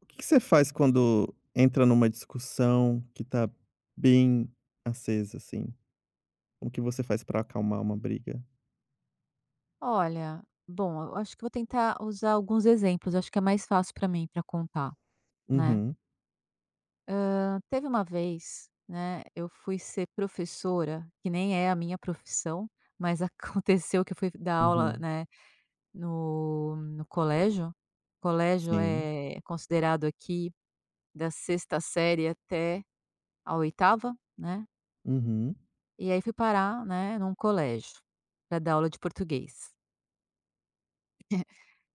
O que que você faz quando entra numa discussão que tá bem acesa, assim? O que você faz pra acalmar uma briga? Olha, bom, eu acho que vou tentar usar alguns exemplos, acho que é mais fácil para mim para contar, né. Uhum. Teve uma vez, né, eu fui ser professora, que nem é a minha profissão, mas aconteceu que eu fui dar aula, Uhum. né, no colégio. Colégio Sim. é considerado aqui da sexta série até a oitava, né, Uhum. e aí fui parar, né, num colégio para dar aula de português.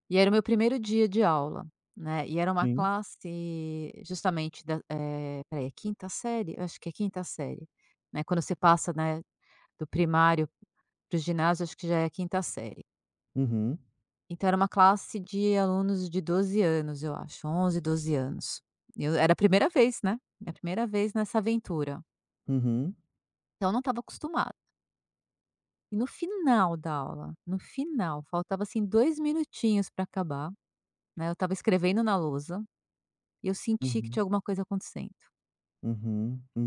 E era o meu primeiro dia de aula, né, e era uma Sim. classe justamente espera, é quinta série? Eu acho que é quinta série, né, quando você passa, né, do primário para o ginásio, acho que já é quinta série. Uhum. Então era uma classe de alunos de 12 anos, eu acho, 11, 12 anos. Eu era a primeira vez, né, minha primeira vez nessa aventura, Uhum. então eu não estava acostumada. E no final da aula, no final, faltava, assim, 2 minutinhos para acabar, né, eu estava escrevendo na lousa. E eu senti que Uhum. tinha alguma coisa acontecendo, Uhum. Um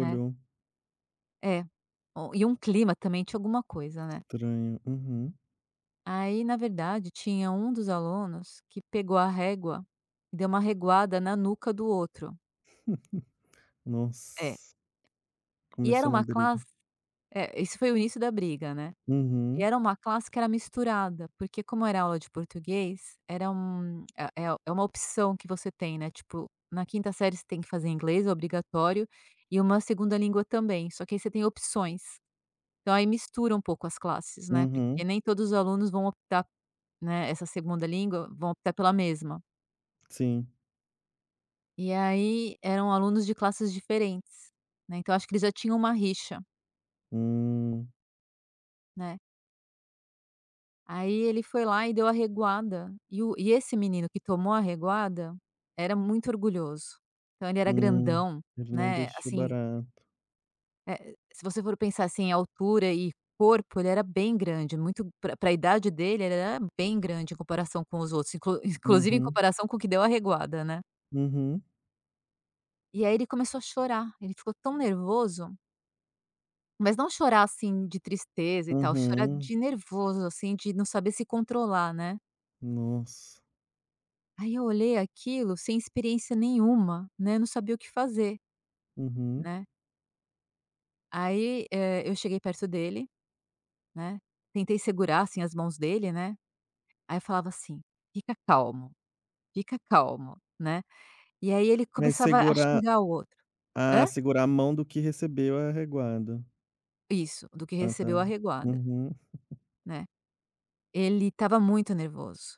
né. É. O e um clima também, tinha alguma coisa, né. estranho, uhum. Aí, na verdade, tinha um dos alunos que pegou a régua e deu uma reguada na nuca do outro. É. Nossa, E era começou uma uma briga. classe, é, esse foi o início da briga, né. E Uhum. era uma classe que era misturada, porque como era aula de português, era uma opção que você tem, né, tipo, na quinta série você tem que fazer inglês, é obrigatório, e uma segunda língua também, só que aí você tem opções. Então aí mistura um pouco as classes, né, Uhum. porque nem todos os alunos vão optar, né, essa segunda língua, vão optar pela mesma. Sim. E aí eram alunos de classes diferentes, né, então acho que eles já tinham uma rixa, Hum. né. Aí ele foi lá e deu a reguada, e o e esse menino que tomou a reguada, era muito orgulhoso. Então ele era Hum, grandão, ele não né, deixou assim. barato. Eh, se você for pensar, assim, em altura e corpo, ele era bem grande, muito para a idade dele, ele era bem grande em comparação com os outros, inclu inclusive em Uhum. comparação com o que deu a reguada, né. Uhum. E aí ele começou a chorar, ele ficou tão nervoso, mas não chorar, assim, de tristeza e tal, chorar Uhum. de nervoso, assim, de não saber se controlar, né. Nossa, Aí eu olhei aquilo sem experiência nenhuma, né, não sabia o que fazer, uhum. né. Aí, eu cheguei perto dele, né, tentei segurar, assim, as mãos dele, né. Aí eu falava assim: "Fica calmo, fica calmo", né. E aí ele Mas começava a segurar xingar o outro. Hã? segurar a mão do que recebeu é reguada. Isso, do que Ah, recebeu tá. a reguada, Uhum. né. Ele estava muito nervoso,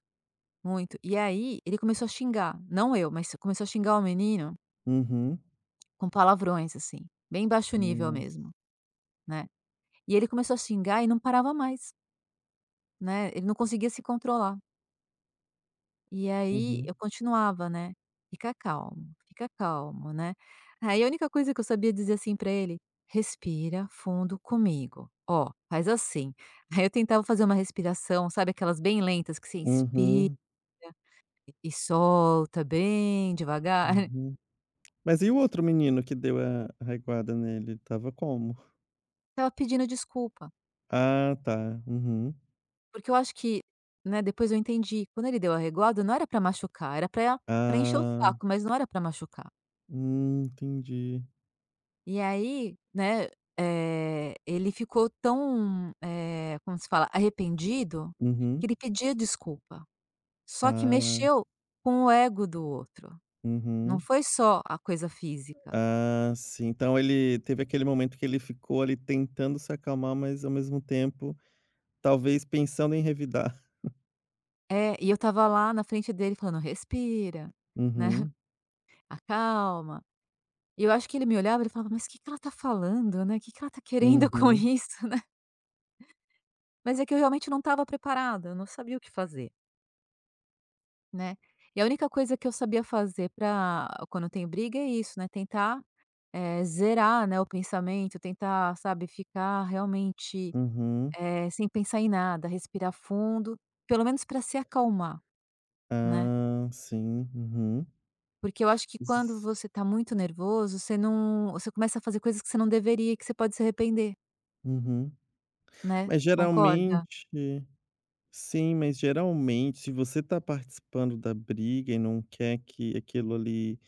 muito. E aí ele começou a xingar, não eu, mas começou a xingar o menino Uhum. com palavrões, assim, bem baixo nível Nossa. mesmo, né. E ele começou a xingar e não parava mais, né, ele não conseguia se controlar. E aí Uhum. eu continuava, né, fica calmo", né. Aí a única coisa que eu sabia dizer, assim, pra ele: "Respira fundo comigo, ó, faz assim". Aí eu tentava fazer uma respiração, sabe aquelas bem lentas que você inspira Uhum. e solta bem devagar. Uhum. Mas e o outro menino que deu a reguada nele, tava como? Estava pedindo desculpa, Ah, tá. Uhum. porque eu acho que, né, depois eu entendi, quando ele deu a reguada não era pra machucar, era pra encher o Ah, saco, mas não era pra machucar. Entendi. E aí, né, ele ficou tão, como se fala? Arrependido, que Uhum. ele pedia desculpa. Só que Ah, mexeu com o ego do outro, não uhum. foi só a coisa física. Ah, sim. Então ele teve aquele momento que ele ficou ali tentando se acalmar, mas ao mesmo tempo, talvez pensando em revidar. É, e eu estava lá na frente dele falando: "Respira, né, Uhum. acalma". E eu acho que ele me olhava, ele falava: "Mas o que que ela tá falando, né? O que que ela tá querendo com Uhum. isso?" Mas é que eu realmente não estava preparada, eu não sabia o que fazer. Né. E a única coisa que eu sabia fazer para quando tem briga é isso, né, tentar, zerar, né, o pensamento, tentar, sabe, ficar realmente, Uhum. Sem pensar em nada, respirar fundo, pelo menos para se acalmar, né. Ah, sim, uhum. Porque eu acho que quando S você tá muito nervoso, você não você começa a fazer coisas que você não deveria, que você pode se arrepender, uhum. né, Mas concorda? geralmente sim, mas geralmente se você está participando da briga e não quer que aquilo ali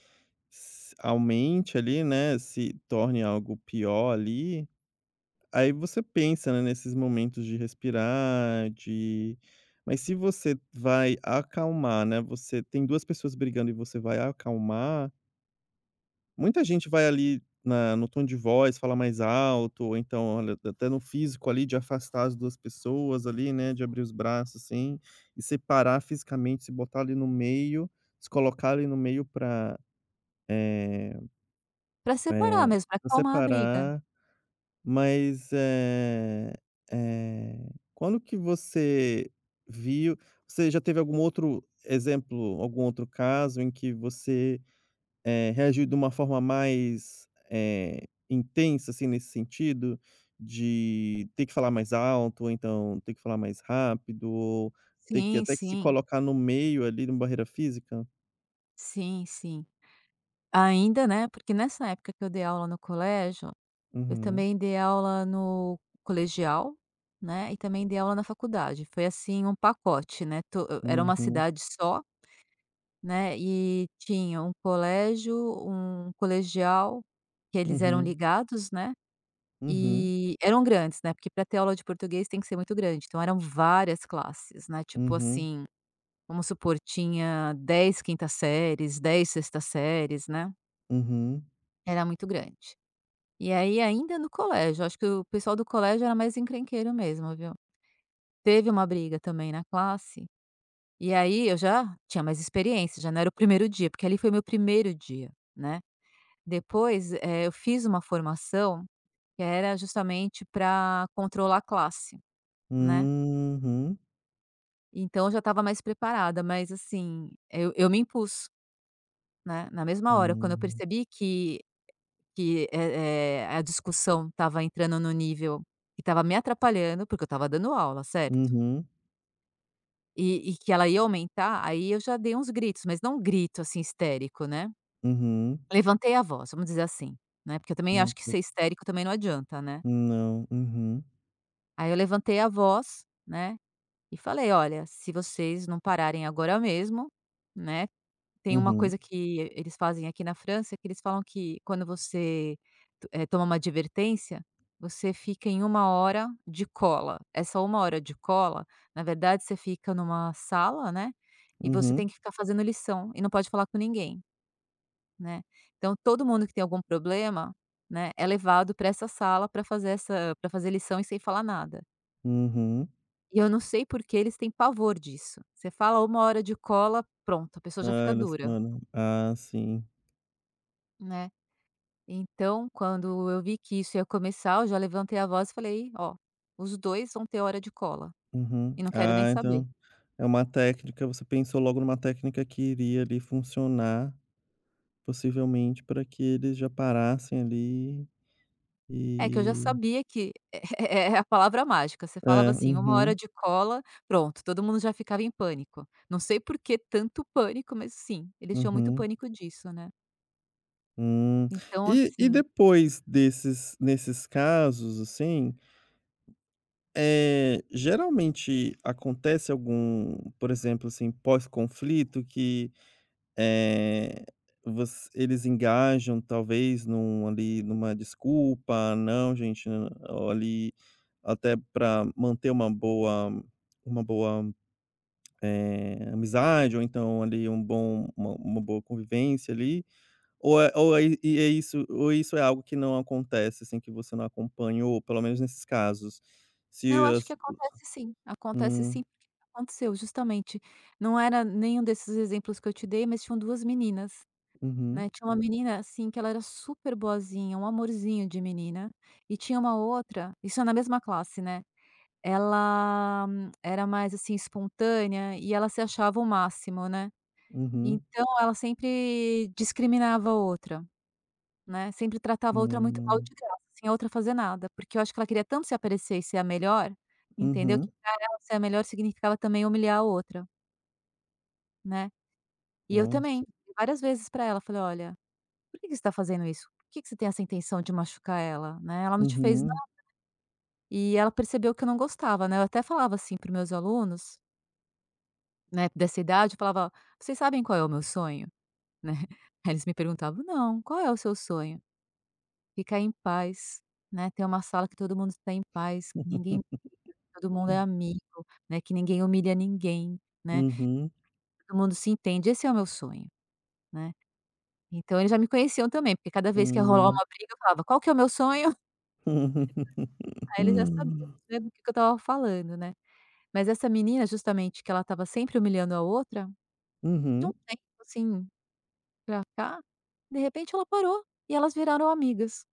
s aumente ali, né, se torne algo pior ali, aí você pensa, né, nesses momentos de respirar, de mas se você vai acalmar, né, você tem 2 pessoas brigando e você vai acalmar. Muita gente vai ali na no tom de voz, fala mais alto, ou então, olha, até no físico ali de afastar as 2 pessoas ali, né, de abrir os braços, assim, e separar fisicamente, se botar ali no meio, se colocar ali no meio pra, eh Pra separar eh, mesmo, para pra acalmar a briga. separar, mas, eh, quando que você viu você já teve algum outro exemplo, algum outro caso em que você reagiu de uma forma mais, intensa, assim, nesse sentido, de ter que falar mais alto, ou então ter que falar mais rápido, ou ter que Sim, até que se sim. colocar no meio ali, numa barreira física? Sim, sim. Ainda, né, porque nessa época que eu dei aula no colégio, eu Uhum. também dei aula no colegial, né, e também dei aula na faculdade. Foi assim um pacote, né, to era uma Uhum. cidade só, né, e tinha um colégio, um colegial, que eles eram Uhum. ligados, né, Uhum. e eram grandes, né, porque para ter aula de português tem que ser muito grande, então eram várias classes, né, tipo Uhum. assim, vamos supor, tinha 10 quintas séries, 10 sextas séries, né, Uhum. era muito grande. E aí ainda no colégio, acho que o pessoal do colégio era mais encrenqueiro mesmo, viu. Teve uma briga também na classe, e aí eu já tinha mais experiência, já não era o primeiro dia, porque ali foi meu primeiro dia, né. Depois, eu fiz uma formação que era justamente para controlar a classe, né. Uhum. Então eu já estava mais preparada, mas assim, eu me impus, né, na mesma hora, quando eu Hum. percebi que, a discussão estava entrando no nível que estava me atrapalhando, porque eu estava dando aula, certo? Uhum. E que ela ia aumentar, aí eu já dei uns gritos, mas não um grito, assim, histérico, né. Uhum. Levantei a voz, vamos dizer assim, né, porque eu também acho Hum. que ser histérico também não adianta, né. Não, uhum. Aí eu levantei a voz, né, e falei: "Olha, se vocês não pararem agora mesmo, né. Tem uma Uhum. coisa que eles fazem aqui na França, que eles falam que quando você toma uma advertência, você fica em uma hora de cola. Essa uma hora de cola, na verdade, você fica numa sala, né, e você tem Uhum. que ficar fazendo lição e não pode falar com ninguém, né. Então todo mundo que tem algum problema, né, é levado para essa sala para fazer lição e sem falar nada. Uhum. E eu não sei por que eles têm pavor disso. Você fala uma hora de cola, pronto, a pessoa já Ah, fica elas dura, mano. Ah, sim. né. Então, quando eu vi que isso ia começar, eu já levantei a voz e falei: "Ó, os 2 vão ter hora de cola, Uhum. e não quero nem Ah, saber". então é uma técnica você pensou logo numa técnica que iria ali funcionar, possivelmente, para que eles já parassem ali É que eu já e sabia que é a palavra mágica, você falava é, assim: "Uma hora uhum. de cola", pronto, todo mundo já ficava em pânico. Não sei por que tanto pânico, mas sim, eles tinham muito Uhum. pânico disso, né. Hum. Então E assim, depois desses nesses casos, assim, é geralmente acontece algum, por exemplo, assim, pós-conflito que Eh, voc eles engajam talvez num ali, numa desculpa: "Não gente, hã, olhe", até para manter uma boa, amizade ou então ali um bom uma boa convivência ali, ou é e é isso ou isso é algo que não acontece, assim, que você não acompanhou, pelo menos nesses casos? não, eu Se acho que as acontece sim, hum, porque aconteceu justamente, não era nenhum desses exemplos que eu te dei, mas tinham 2 meninas. uhum. Né, tinha uma menina, assim, que ela era super boazinha, um amorzinho de menina, e tinha uma outra, isso é na mesma classe, né, ela era mais, assim, espontânea e ela se achava o máximo, né, Uhum. então ela sempre discriminava a outra, né, sempre tratava a outra muito mal Hum. de graça, sem a outra fazer nada, porque eu acho que ela queria tanto se aparecer e ser a melhor, entendeu, que Uhum, pra ela ser a melhor significava também humilhar a outra, né, e eu nossa, também, várias vezes para ela, falei: "Olha, por que que você está fazendo isso? Por que que você tem essa intenção de machucar ela, né, ela não te fez uhum. nada". E ela percebeu que eu não gostava, né, eu até falava assim para meus alunos, né, dessa idade, eu falava: "Vocês sabem qual é o meu sonho?", né. Aí eles me perguntavam: "Não, qual é o seu sonho?". "Ficar em paz, né, ter uma sala que todo mundo está em paz, que ninguém, todo mundo é amigo, né, que ninguém humilha ninguém, né, Uhum. todo mundo se entende, esse é o meu sonho", né. Então eles já me conheciam também, porque cada vez que ia rolar Hum. uma briga eu falava: "Qual que é o meu sonho?". Aí ele já sabia, né, do que eu estava falando, né. Mas essa menina, justamente, que ela estava sempre humilhando a outra, de um Uhum. tempo, assim, pra cá, de repente ela parou e elas viraram amigas,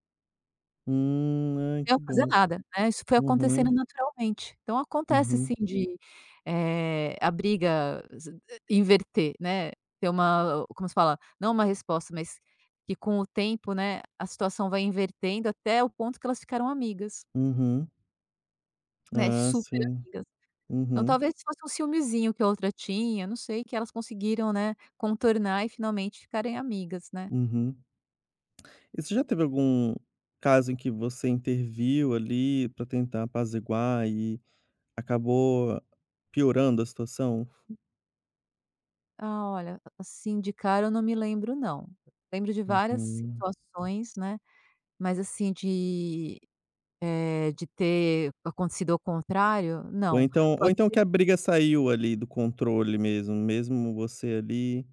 Ai, sem eu que fazer bom. nada, né, isso foi acontecendo Uhum. naturalmente. Então acontece Uhum. sim de, a briga, inverter, né, ter uma, como se fala? Não uma resposta, mas que com o tempo, né, a situação vai invertendo até o ponto que elas ficaram amigas, Uhum. né, Ah, super sim. amigas. Então Uhum. talvez fosse um ciúmezinho que a outra tinha, não sei, que elas conseguiram, né, contornar e finalmente ficarem amigas, né. Uhum. E você já teve algum caso em que você interviu ali para tentar apaziguar e acabou piorando a situação? Ah, olha, assim de cara eu não me lembro não. Lembro de várias Uhum. situações, né, mas assim de, de ter acontecido ao contrário, não. Ou Pode então ser. que a briga saiu ali do controle mesmo, mesmo você ali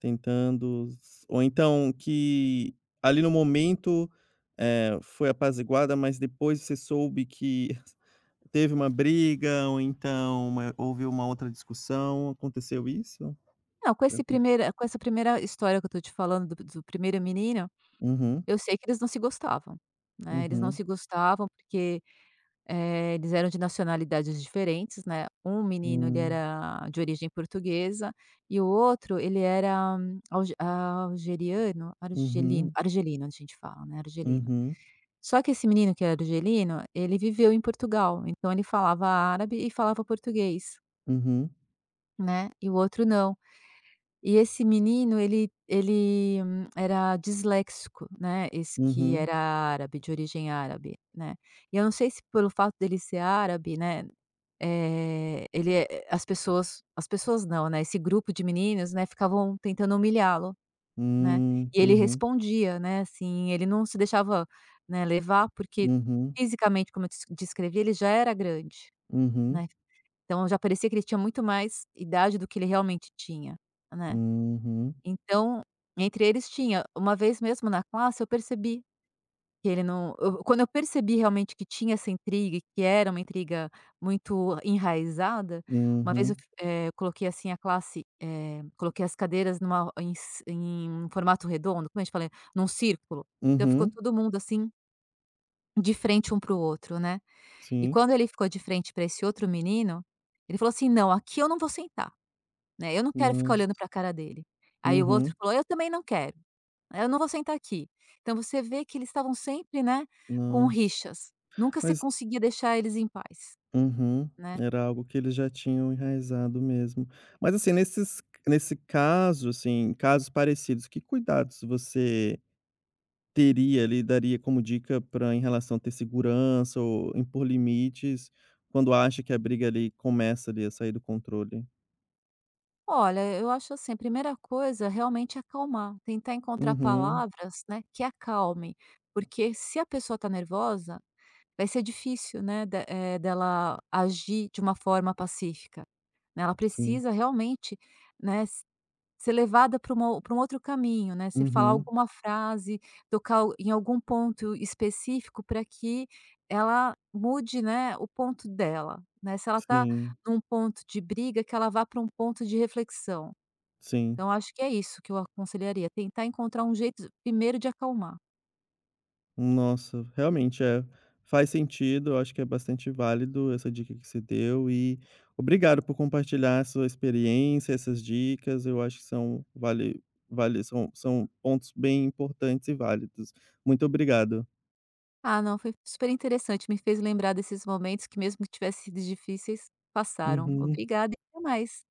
tentando ou então que ali no momento, foi apaziguada, mas depois você soube que teve uma briga ou então uma houve uma outra discussão, aconteceu isso? Não, Já acon com essa primeira história que eu tô te falando do primeiro menino, uhum. eu sei que eles não se gostavam, né, eles não Uhum. se gostavam porque, eh, eles eram de nacionalidades diferentes, né, um menino ele Hum. era de origem portuguesa e o outro ele era algeriano, argelino, Uhum. argelino a gente fala, né, argelino. Uhum. Só que esse menino que era argelino, ele viveu em Portugal, então ele falava árabe e falava português, Uhum. né, e o outro não. E esse menino ele ele era disléxico, né, esse que Uhum. era árabe, de origem árabe, né. E eu não sei se pelo fato dele ser árabe, né, as pessoas não, né, esse grupo de meninos, né, ficavam tentando humilhá-lo, né. Hum. E ele Uhum. respondia, né, assim, ele não se deixava, né, levar, porque Uhum. fisicamente, como eu descrevi, ele já era grande, Uhum. né. Então já parecia que ele tinha muito mais idade do que ele realmente tinha, né. Uhum. Então, entre eles, tinha uma vez mesmo na classe eu percebi que ele não, eu quando eu percebi realmente que tinha essa intriga e que era uma intriga muito enraizada, uma vez eu, Uhum. Coloquei assim a classe, coloquei as cadeiras numa em ci em um formato redondo, como a gente fala? Num círculo, então ficou Uhum. todo mundo assim, de frente um para o outro, né. E Sim. quando ele ficou de frente para esse outro menino, ele falou assim: "Não, aqui eu não vou sentar". Né, eu não quero ficar olhando Nossa. para a cara dele. Aí o outro Uhum, falou: "Eu também não quero, né, eu não vou sentar aqui". Então você vê que eles estavam sempre, né, com nossa. rixas. Nunca se Mas conseguia deixar eles em paz, uhum, né. era algo que eles já tinham enraizado mesmo. Mas, assim, nesses nesse caso, assim, casos parecidos, que cuidados você teria ali, daria como dica para em relação a ter segurança ou impor limites, quando acha que a briga ali começa ali a sair do controle? Olha, eu acho assim, a primeira coisa realmente é acalmar, tentar encontrar Uhum. palavras, né, que acalmem, porque se a pessoa está nervosa, vai ser difícil, né, de, dela agir de uma forma pacífica, né. Ela Sim. precisa realmente, né, ser levada para uma pra um outro caminho, né, você falar Uhum. alguma frase, tocar em algum ponto específico para que ela mude, né, o ponto dela, né, se ela está Sim. num ponto de briga, que ela vá para um ponto de reflexão. Sim. Então acho que é isso que eu aconselharia, tentar encontrar um jeito primeiro de acalmar. Nossa, realmente, é, faz sentido, eu acho que é bastante válido essa dica que você deu e obrigado por compartilhar a sua experiência, essas dicas, eu acho que são vale vale são são pontos bem importantes e válidos. Muito obrigado. Ah, não, foi super interessante, me fez lembrar desses momentos que mesmo que tivessem sido difíceis, passaram. Uhum. Obrigada e até mais.